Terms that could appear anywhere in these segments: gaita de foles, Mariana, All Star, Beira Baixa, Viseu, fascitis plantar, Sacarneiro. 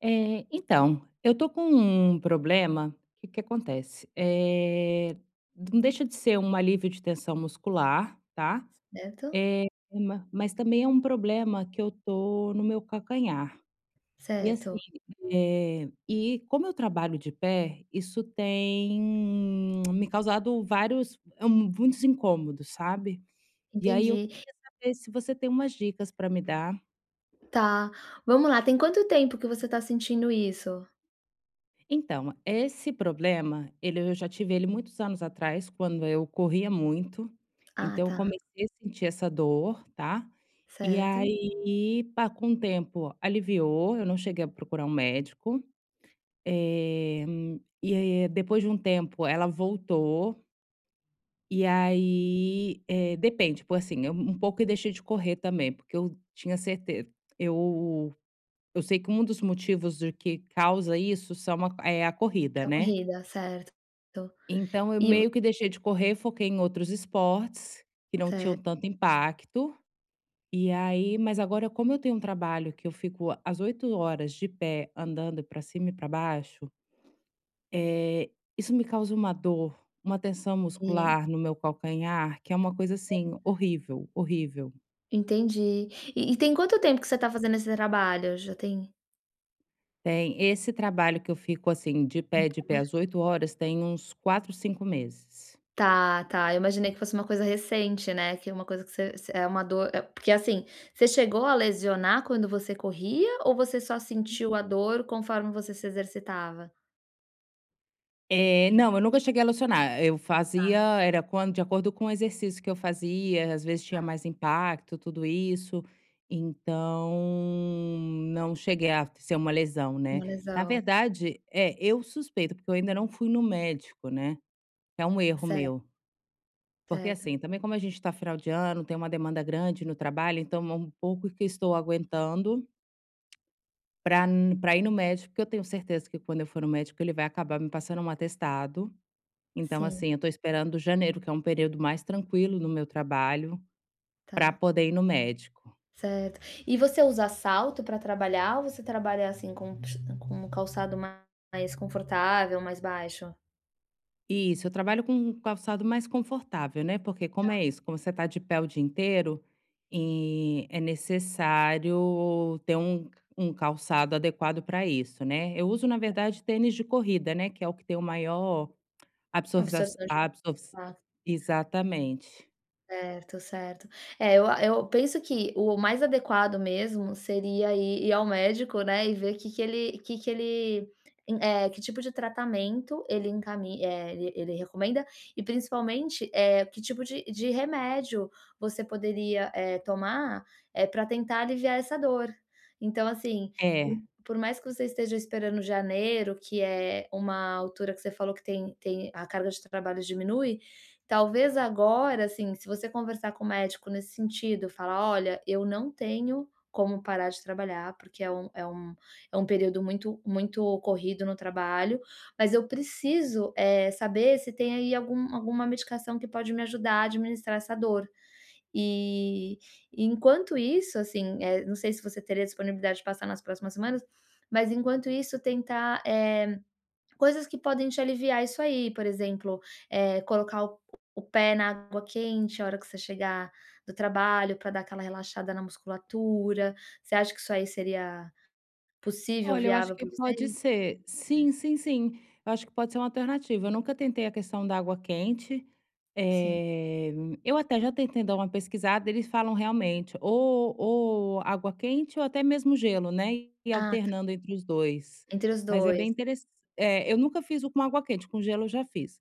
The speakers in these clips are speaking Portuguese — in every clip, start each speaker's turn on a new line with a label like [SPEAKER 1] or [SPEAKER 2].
[SPEAKER 1] É, então, eu tô com um problema. O que que acontece? Não deixa de ser um alívio de tensão muscular, tá,
[SPEAKER 2] Certo,
[SPEAKER 1] eh, ma mas também é um problema que eu tô no meu calcanhar. E assim,
[SPEAKER 2] certo,
[SPEAKER 1] e como eu trabalho de pé, isso tem me causado vários muitos incômodos, sabe. E aí eu
[SPEAKER 2] entendi.
[SPEAKER 1] queria saber se você tem umas dicas para me dar.
[SPEAKER 2] Tá, vamos lá, tem quanto tempo que você tá sentindo isso?
[SPEAKER 1] Então, esse problema, ele eu já tive ele muitos anos atrás, quando eu corria muito,
[SPEAKER 2] Ah
[SPEAKER 1] então eu
[SPEAKER 2] tá,
[SPEAKER 1] comecei a sentir essa dor, tá. E
[SPEAKER 2] certo.
[SPEAKER 1] aí, pa com o tempo aliviou, eu não cheguei a procurar um médico, e aí depois de um tempo ela voltou, e aí, depende, por assim, eu um pouco eu deixei de correr também, porque eu tinha certeza eu eu sei que um dos motivos do que causa isso são a é a
[SPEAKER 2] É
[SPEAKER 1] corrida,
[SPEAKER 2] a
[SPEAKER 1] né.
[SPEAKER 2] corrida, certo.
[SPEAKER 1] Então eu
[SPEAKER 2] E o
[SPEAKER 1] meio que deixei de correr, foquei em outros esportes que não
[SPEAKER 2] certo,
[SPEAKER 1] tinham tanto impacto. E aí, mas agora, como eu tenho um trabalho que eu fico às 8 horas de pé andando para cima e para baixo, eh, isso me causa uma dor, uma tensão
[SPEAKER 2] e
[SPEAKER 1] muscular no meu calcanhar, que é uma coisa, assim, horrível, horrível.
[SPEAKER 2] entendi. E tem quanto tempo que você tá fazendo esse trabalho? Já tem
[SPEAKER 1] Tem esse trabalho que eu fico, assim, de pé às 8 horas, tem uns 4, 5 meses.
[SPEAKER 2] tá, tá, eu imaginei que fosse uma coisa recente, né, que é uma coisa que você é uma dor é porque assim, você chegou a lesionar quando você corria ou você só sentiu a dor conforme você se exercitava?
[SPEAKER 1] Não, eu nunca cheguei a locionar. Eu fazia era quando de acordo com o exercício que eu fazia, às vezes
[SPEAKER 2] Tá,
[SPEAKER 1] tinha mais impacto, tudo isso. Então, não cheguei a ser uma lesão, né.
[SPEAKER 2] uma
[SPEAKER 1] Na
[SPEAKER 2] lesão,
[SPEAKER 1] verdade, é, eu suspeito, porque eu ainda não fui no médico, né, é um erro
[SPEAKER 2] certo,
[SPEAKER 1] meu. Porque,
[SPEAKER 2] certo,
[SPEAKER 1] assim, também como a gente está final de ano, tem uma demanda grande no trabalho, então é um pouco que eu estou aguentando para n ir no médico, porque eu tenho certeza que quando eu for no médico ele vai acabar me passando um atestado. Então,
[SPEAKER 2] sim.
[SPEAKER 1] assim, eu tô esperando janeiro, que é um período mais tranquilo no meu trabalho, para
[SPEAKER 2] Tá,
[SPEAKER 1] poder ir no médico.
[SPEAKER 2] certo. E você usa salto para trabalhar ou você trabalha, assim, com um calçado mais confortável, mais baixo?
[SPEAKER 1] Isso, eu trabalho com um calçado mais confortável, né, porque como é isso, como você tá de pé o dia inteiro, e é necessário ter um calçado adequado para isso, né. Eu uso, na verdade, tênis de corrida, né, que é o que tem o maior absorvização.
[SPEAKER 2] Absorção de
[SPEAKER 1] absorvi
[SPEAKER 2] impacto.
[SPEAKER 1] exatamente.
[SPEAKER 2] Certo, certo. É, eu penso que o mais adequado mesmo seria ir ao médico, né, e ver que ele é que tipo de tratamento ele ele recomenda e principalmente, é que tipo de remédio você poderia, tomar, é para tentar aliviar essa dor. Então assim, por
[SPEAKER 1] É.
[SPEAKER 2] por mais que você esteja esperando janeiro, que é uma altura que você falou que tem a carga de trabalho diminui. Talvez agora, assim, se você conversar com o médico nesse sentido, falar: "Olha, eu não tenho como parar de trabalhar, porque é um período muito muito corrido no trabalho, mas eu preciso, saber se tem aí alguma medicação que pode me ajudar a administrar essa dor". E e enquanto isso, assim, não sei se você teria disponibilidade de passar nas próximas semanas, mas enquanto isso tentar, coisas que podem te aliviar isso aí, por exemplo, colocar o pé na água quente a hora que você chegar do trabalho, para dar aquela relaxada na musculatura. Você acha que isso aí seria possível,
[SPEAKER 1] Olha, eu acho
[SPEAKER 2] viável
[SPEAKER 1] que
[SPEAKER 2] para
[SPEAKER 1] pode
[SPEAKER 2] você?
[SPEAKER 1] ser. Sim, sim, sim. Eu acho que pode ser uma alternativa. Eu nunca tentei a questão da água quente.
[SPEAKER 2] Sim.
[SPEAKER 1] Eh, eu até já tentei dar uma pesquisada, eles falam realmente ou água quente ou até mesmo gelo, né? E
[SPEAKER 2] Ah, tá,
[SPEAKER 1] alternando entre os dois.
[SPEAKER 2] entre os
[SPEAKER 1] Mas é
[SPEAKER 2] 2.
[SPEAKER 1] bem interessante. Eu nunca fiz o com água quente, com gelo eu já fiz.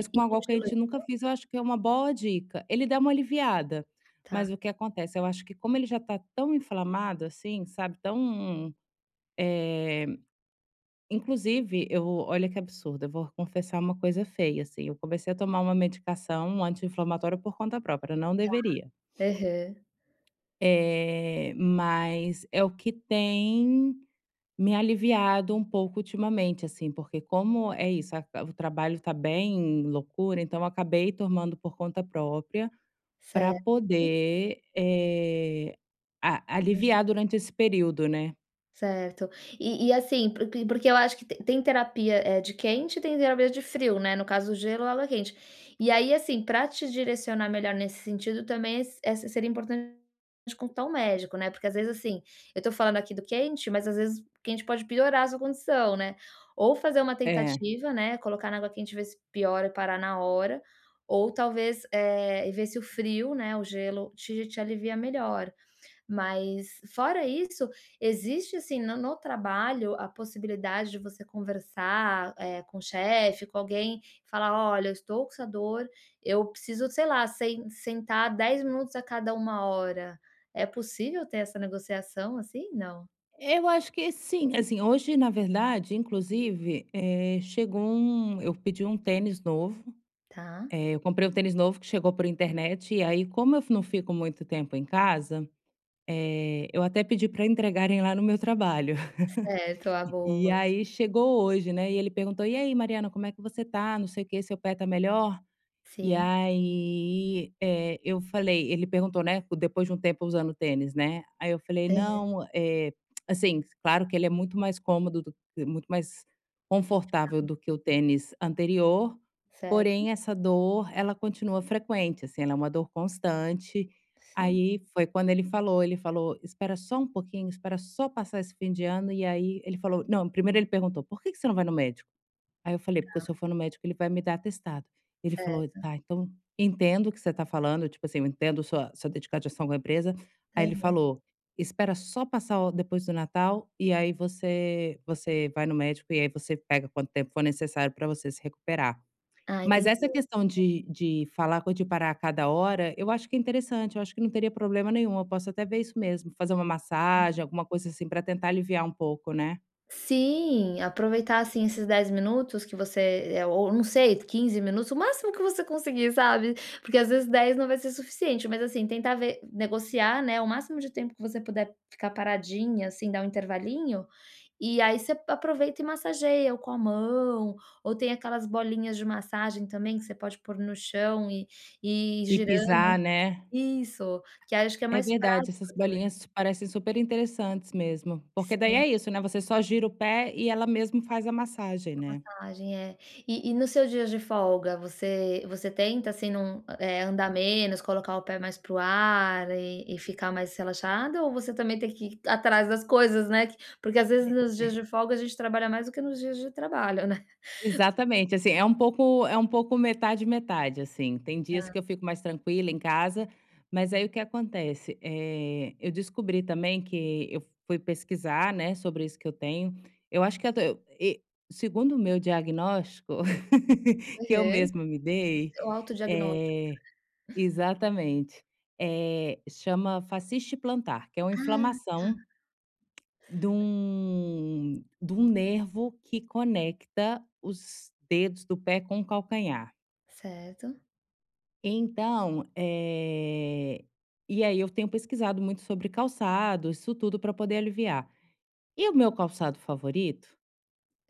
[SPEAKER 2] E e
[SPEAKER 1] com
[SPEAKER 2] com
[SPEAKER 1] água
[SPEAKER 2] gelo
[SPEAKER 1] quente eu nunca fiz, eu acho que é uma boa dica. Ele dá uma aliviada. Mas
[SPEAKER 2] tá.
[SPEAKER 1] o que acontece? Eu acho que como ele já está tão inflamado, assim, sabe? Tão. eh, Inclusive, eu olha que absurdo, eu vou confessar uma coisa feia, assim, eu comecei a tomar uma medicação anti-inflamatória por conta própria, não deveria.
[SPEAKER 2] Aham,
[SPEAKER 1] Mas é o que tem me aliviado um pouco ultimamente, assim, porque como é isso, a o trabalho tá bem loucura, então eu acabei tomando por conta própria para
[SPEAKER 2] certo.
[SPEAKER 1] poder, a aliviar durante esse período, né.
[SPEAKER 2] Certo. E assim, porque eu acho que te tem terapia, é de quente e tem terapia de frio, né, no caso o gelo, água quente. E aí, assim, para te direcionar melhor nesse sentido também seria importante consultar um médico, né, porque às vezes, assim, eu tô falando aqui do quente, mas às vezes o quente pode piorar a sua condição, né. Ou fazer uma
[SPEAKER 1] É.
[SPEAKER 2] tentativa, né, colocar na água quente e ver se piora e parar na hora, ou talvez, e ver se o frio, né, o gelo te alivia melhor. Mas fora isso, existe assim no trabalho a possibilidade de você conversar, com o chefe, com alguém, falar: "Olha, eu estou com essa dor, eu preciso, sei lá, sentar 10 minutos a cada 1 hora". É possível ter essa negociação assim? Não.
[SPEAKER 1] Eu acho que sim, assim, hoje, na verdade, inclusive, eh, chegou um eu pedi um tênis novo,
[SPEAKER 2] Tá,
[SPEAKER 1] eu comprei um tênis novo que chegou por internet, e aí como eu não fico muito tempo em casa, eu até pedi para entregarem lá no meu trabalho.
[SPEAKER 2] certo, a
[SPEAKER 1] E
[SPEAKER 2] boa.
[SPEAKER 1] aí chegou hoje, né, e ele perguntou: "E aí, Mariana, como é que você tá? Não sei o que. Seu pé tá melhor?" E
[SPEAKER 2] Sim.
[SPEAKER 1] aí, eu falei, ele perguntou, né, depois de um tempo usando tênis, né, aí eu falei:
[SPEAKER 2] Aham.
[SPEAKER 1] "Não, assim, claro que ele é muito mais cômodo do que- muito mais confortável do que o tênis anterior,
[SPEAKER 2] Certo,
[SPEAKER 1] porém essa dor ela continua frequente, assim, ela é uma dor constante.
[SPEAKER 2] sim,
[SPEAKER 1] Aí foi quando ele falou: "Espera só um pouquinho, espera só passar esse fim de ano", e aí ele falou não, primeiro ele perguntou: "Por que que você não vai no médico?" Aí eu falei: "Porque se eu for no médico, ele vai me dar atestado". Ele falou:
[SPEAKER 2] certo.
[SPEAKER 1] "Tá, então entendo o que você está falando, tipo assim, eu entendo sua dedicação com a empresa". Aí ele
[SPEAKER 2] Aham.
[SPEAKER 1] falou: "Espera só passar o depois do Natal e aí você vai no médico e aí você pega quanto tempo for necessário para você se recuperar".
[SPEAKER 2] Ah,
[SPEAKER 1] Mas
[SPEAKER 2] entendi.
[SPEAKER 1] essa questão de falar co de parar a cada hora, eu acho que é interessante, eu acho que não teria problema nenhum, eu posso até ver isso mesmo, fazer uma massagem, alguma coisa assim para tentar aliviar um pouco, né.
[SPEAKER 2] Sim, aproveitar, assim, esses 10 minutos que você ou não sei, 15 minutos, o máximo que você conseguir, sabe. Porque às vezes 10 não vai ser suficiente, mas assim, tentar ver negociar, né, o máximo de tempo que você puder ficar paradinha, assim, dar um intervalinho, e aí você aproveita e massageia ou com a mão, ou tem aquelas bolinhas de massagem também que você pode pôr no chão e ir
[SPEAKER 1] E
[SPEAKER 2] girando.
[SPEAKER 1] pisar, né.
[SPEAKER 2] Isso, que acho que é
[SPEAKER 1] É
[SPEAKER 2] mais
[SPEAKER 1] verdade,
[SPEAKER 2] prático
[SPEAKER 1] essas
[SPEAKER 2] também.
[SPEAKER 1] bolinhas parecem super interessantes mesmo, porque daí
[SPEAKER 2] Sim.
[SPEAKER 1] é isso, né, você só gira o pé e ela mesmo faz a massagem, né.
[SPEAKER 2] Imagem, é. E nos seus dias de folga, você tenta, assim, não andar menos, colocar o pé mais pro ar e ficar mais relaxada, ou você também tem que ir atrás das coisas, né, que porque às vezes nos dias de folga a gente trabalha mais do que nos dias de trabalho, né.
[SPEAKER 1] Exatamente, assim, é um pouco, é um pouco metade, metade, assim, tem dias
[SPEAKER 2] Tá.
[SPEAKER 1] que eu fico mais tranquila em casa, mas aí o que acontece, eu descobri também, que eu fui pesquisar, né, sobre isso que eu tenho, eu acho que eu tenho, e segundo o meu diagnóstico, que eu
[SPEAKER 2] Aham.
[SPEAKER 1] mesma me dei,
[SPEAKER 2] O autodiagnóstico.
[SPEAKER 1] eh exatamente. Chama fascite plantar, que é uma
[SPEAKER 2] Ah, tá.
[SPEAKER 1] inflamação de um nervo que conecta os dedos do pé com o calcanhar.
[SPEAKER 2] Certo.
[SPEAKER 1] Então, e aí eu tenho pesquisado muito sobre calçado, isso tudo para poder aliviar. E o meu calçado favorito,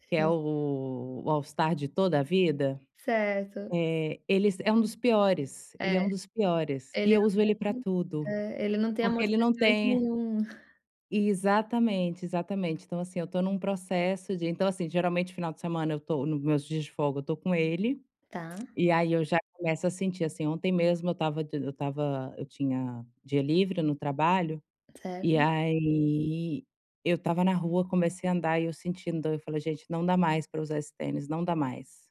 [SPEAKER 1] que é
[SPEAKER 2] Hã.
[SPEAKER 1] o All Star de toda a vida,
[SPEAKER 2] Certo.
[SPEAKER 1] ele é um dos piores,
[SPEAKER 2] É,
[SPEAKER 1] ele é um dos piores, e
[SPEAKER 2] ele
[SPEAKER 1] eu
[SPEAKER 2] não
[SPEAKER 1] uso ele para
[SPEAKER 2] tem,
[SPEAKER 1] tudo,
[SPEAKER 2] ele não tem
[SPEAKER 1] porque ele não
[SPEAKER 2] amortecimento
[SPEAKER 1] tem.
[SPEAKER 2] nenhum.
[SPEAKER 1] Exatamente, exatamente. Então, assim, eu tô num processo de, então, assim, geralmente final de semana eu tô nos meus dias de folga, eu tô com ele,
[SPEAKER 2] Tá,
[SPEAKER 1] e aí eu já começo a sentir, assim, ontem mesmo eu estava, eu tinha dia livre no trabalho, e
[SPEAKER 2] certo.
[SPEAKER 1] aí eu estava na rua, comecei a andar e eu sentindo, eu falei: "Gente, não dá mais para usar esse tênis, não dá mais".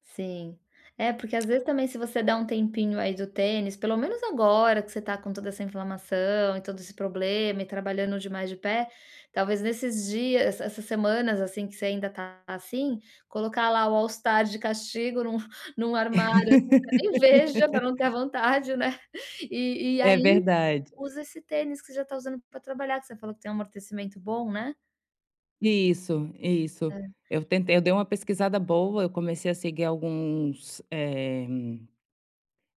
[SPEAKER 2] Sim. É, porque às vezes também se você dá um tempinho aí do tênis, pelo menos agora que você tá com toda essa inflamação e todo esse problema e trabalhando demais de pé, talvez nesses dias, essas semanas assim que você ainda tá assim, colocar lá o All Star de castigo num num armário, assim, que você nem veja para não ter a vontade, né. E e
[SPEAKER 1] É
[SPEAKER 2] aí
[SPEAKER 1] verdade.
[SPEAKER 2] usa esse tênis que você já tá usando para trabalhar, que você falou que tem um amortecimento bom, né.
[SPEAKER 1] Isso, isso.
[SPEAKER 2] Hã.
[SPEAKER 1] Eu dei uma pesquisada boa, eu comecei a seguir alguns,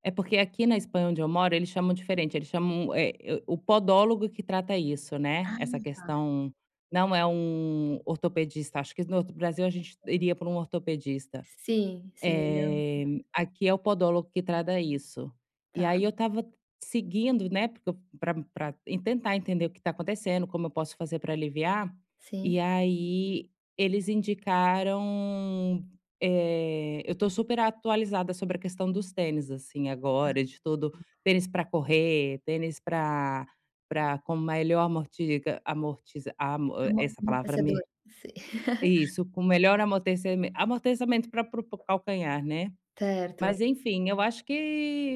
[SPEAKER 1] é porque aqui na Espanha onde eu moro, eles chamam diferente, eles chamam, o podólogo que trata isso, né, essa
[SPEAKER 2] Ah,
[SPEAKER 1] questão não é um ortopedista, acho que no outro Brasil a gente iria para um ortopedista.
[SPEAKER 2] sim, sim, ele não
[SPEAKER 1] Eh, Aqui é o podólogo que trata isso. E
[SPEAKER 2] tá.
[SPEAKER 1] aí eu estava seguindo, né, para tentar entender o que está acontecendo, como eu posso fazer para aliviar,
[SPEAKER 2] Sim.
[SPEAKER 1] e aí eles indicaram, eu estou super atualizada sobre a questão dos tênis, assim, agora, de tudo, tênis para correr, tênis para com melhor amortiga amortiza amo
[SPEAKER 2] Amo
[SPEAKER 1] essa palavra
[SPEAKER 2] amortecedor,
[SPEAKER 1] me
[SPEAKER 2] si
[SPEAKER 1] isso, com melhor amortecimento, amortecimento para o calcanhar, né.
[SPEAKER 2] certo.
[SPEAKER 1] Mas enfim, eu acho que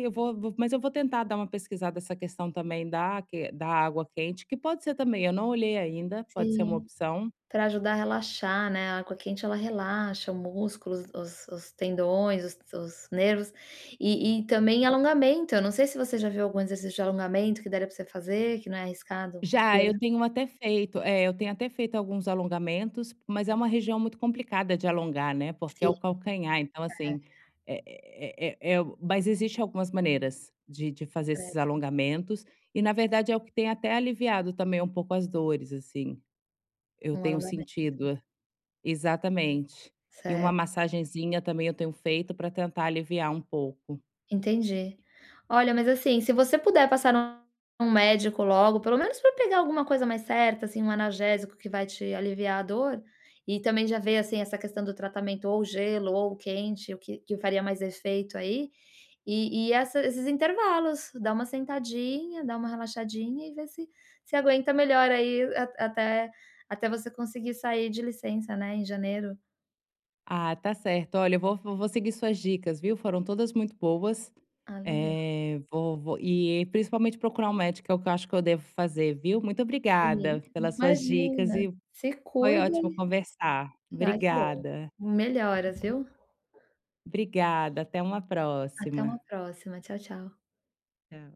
[SPEAKER 1] eu vou tentar dar uma pesquisada essa questão também da água quente, que pode ser também, eu não olhei ainda, pode ser uma
[SPEAKER 2] Sim,
[SPEAKER 1] opção.
[SPEAKER 2] pra ajudar a relaxar, né, a água quente ela relaxa o músculo, os os tendões, os nervos, e também alongamento, eu não sei se você já viu algum exercício de alongamento que daria pra você fazer, que não é arriscado.
[SPEAKER 1] Já, eu tenho até feito, eu tenho até feito alguns alongamentos, mas é uma região muito complicada de alongar, né, porque é
[SPEAKER 2] Sim,
[SPEAKER 1] o calcanhar, então assim, mas existe algumas maneiras de fazer
[SPEAKER 2] é,
[SPEAKER 1] esses alongamentos, e na verdade é o que tem até aliviado também um pouco as dores, assim, eu
[SPEAKER 2] um
[SPEAKER 1] tenho
[SPEAKER 2] alongamento,
[SPEAKER 1] sentido. Exatamente. E uma
[SPEAKER 2] certo.
[SPEAKER 1] massagenzinha também eu tenho feito para tentar aliviar um pouco.
[SPEAKER 2] Entendi. Olha, mas assim, se você puder passar num médico logo, pelo menos para pegar alguma coisa mais certa, assim, um analgésico que vai te aliviar a dor, e também já ver, assim, essa questão do tratamento ou gelo ou quente, o que que faria mais efeito aí, e essa esses intervalos, dá uma sentadinha, dá uma relaxadinha e vê se se aguenta melhor aí a até até você conseguir sair de licença, né, em janeiro.
[SPEAKER 1] Ah, tá certo. Olha, eu vou vou vou seguir suas dicas, viu? Foram todas muito boas.
[SPEAKER 2] Ah, legal.
[SPEAKER 1] Vou e principalmente procurar um médico, é o que eu acho que eu devo fazer, viu? Muito
[SPEAKER 2] Sim,
[SPEAKER 1] obrigada pelas suas dicas,
[SPEAKER 2] imagina,
[SPEAKER 1] e
[SPEAKER 2] se
[SPEAKER 1] foi
[SPEAKER 2] cuida.
[SPEAKER 1] ótimo conversar.
[SPEAKER 2] Ai que bom.
[SPEAKER 1] Obrigada.
[SPEAKER 2] Melhoras, viu.
[SPEAKER 1] Obrigada, até uma
[SPEAKER 2] Até
[SPEAKER 1] próxima.
[SPEAKER 2] uma próxima. Tchau, tchau.
[SPEAKER 1] Tchau.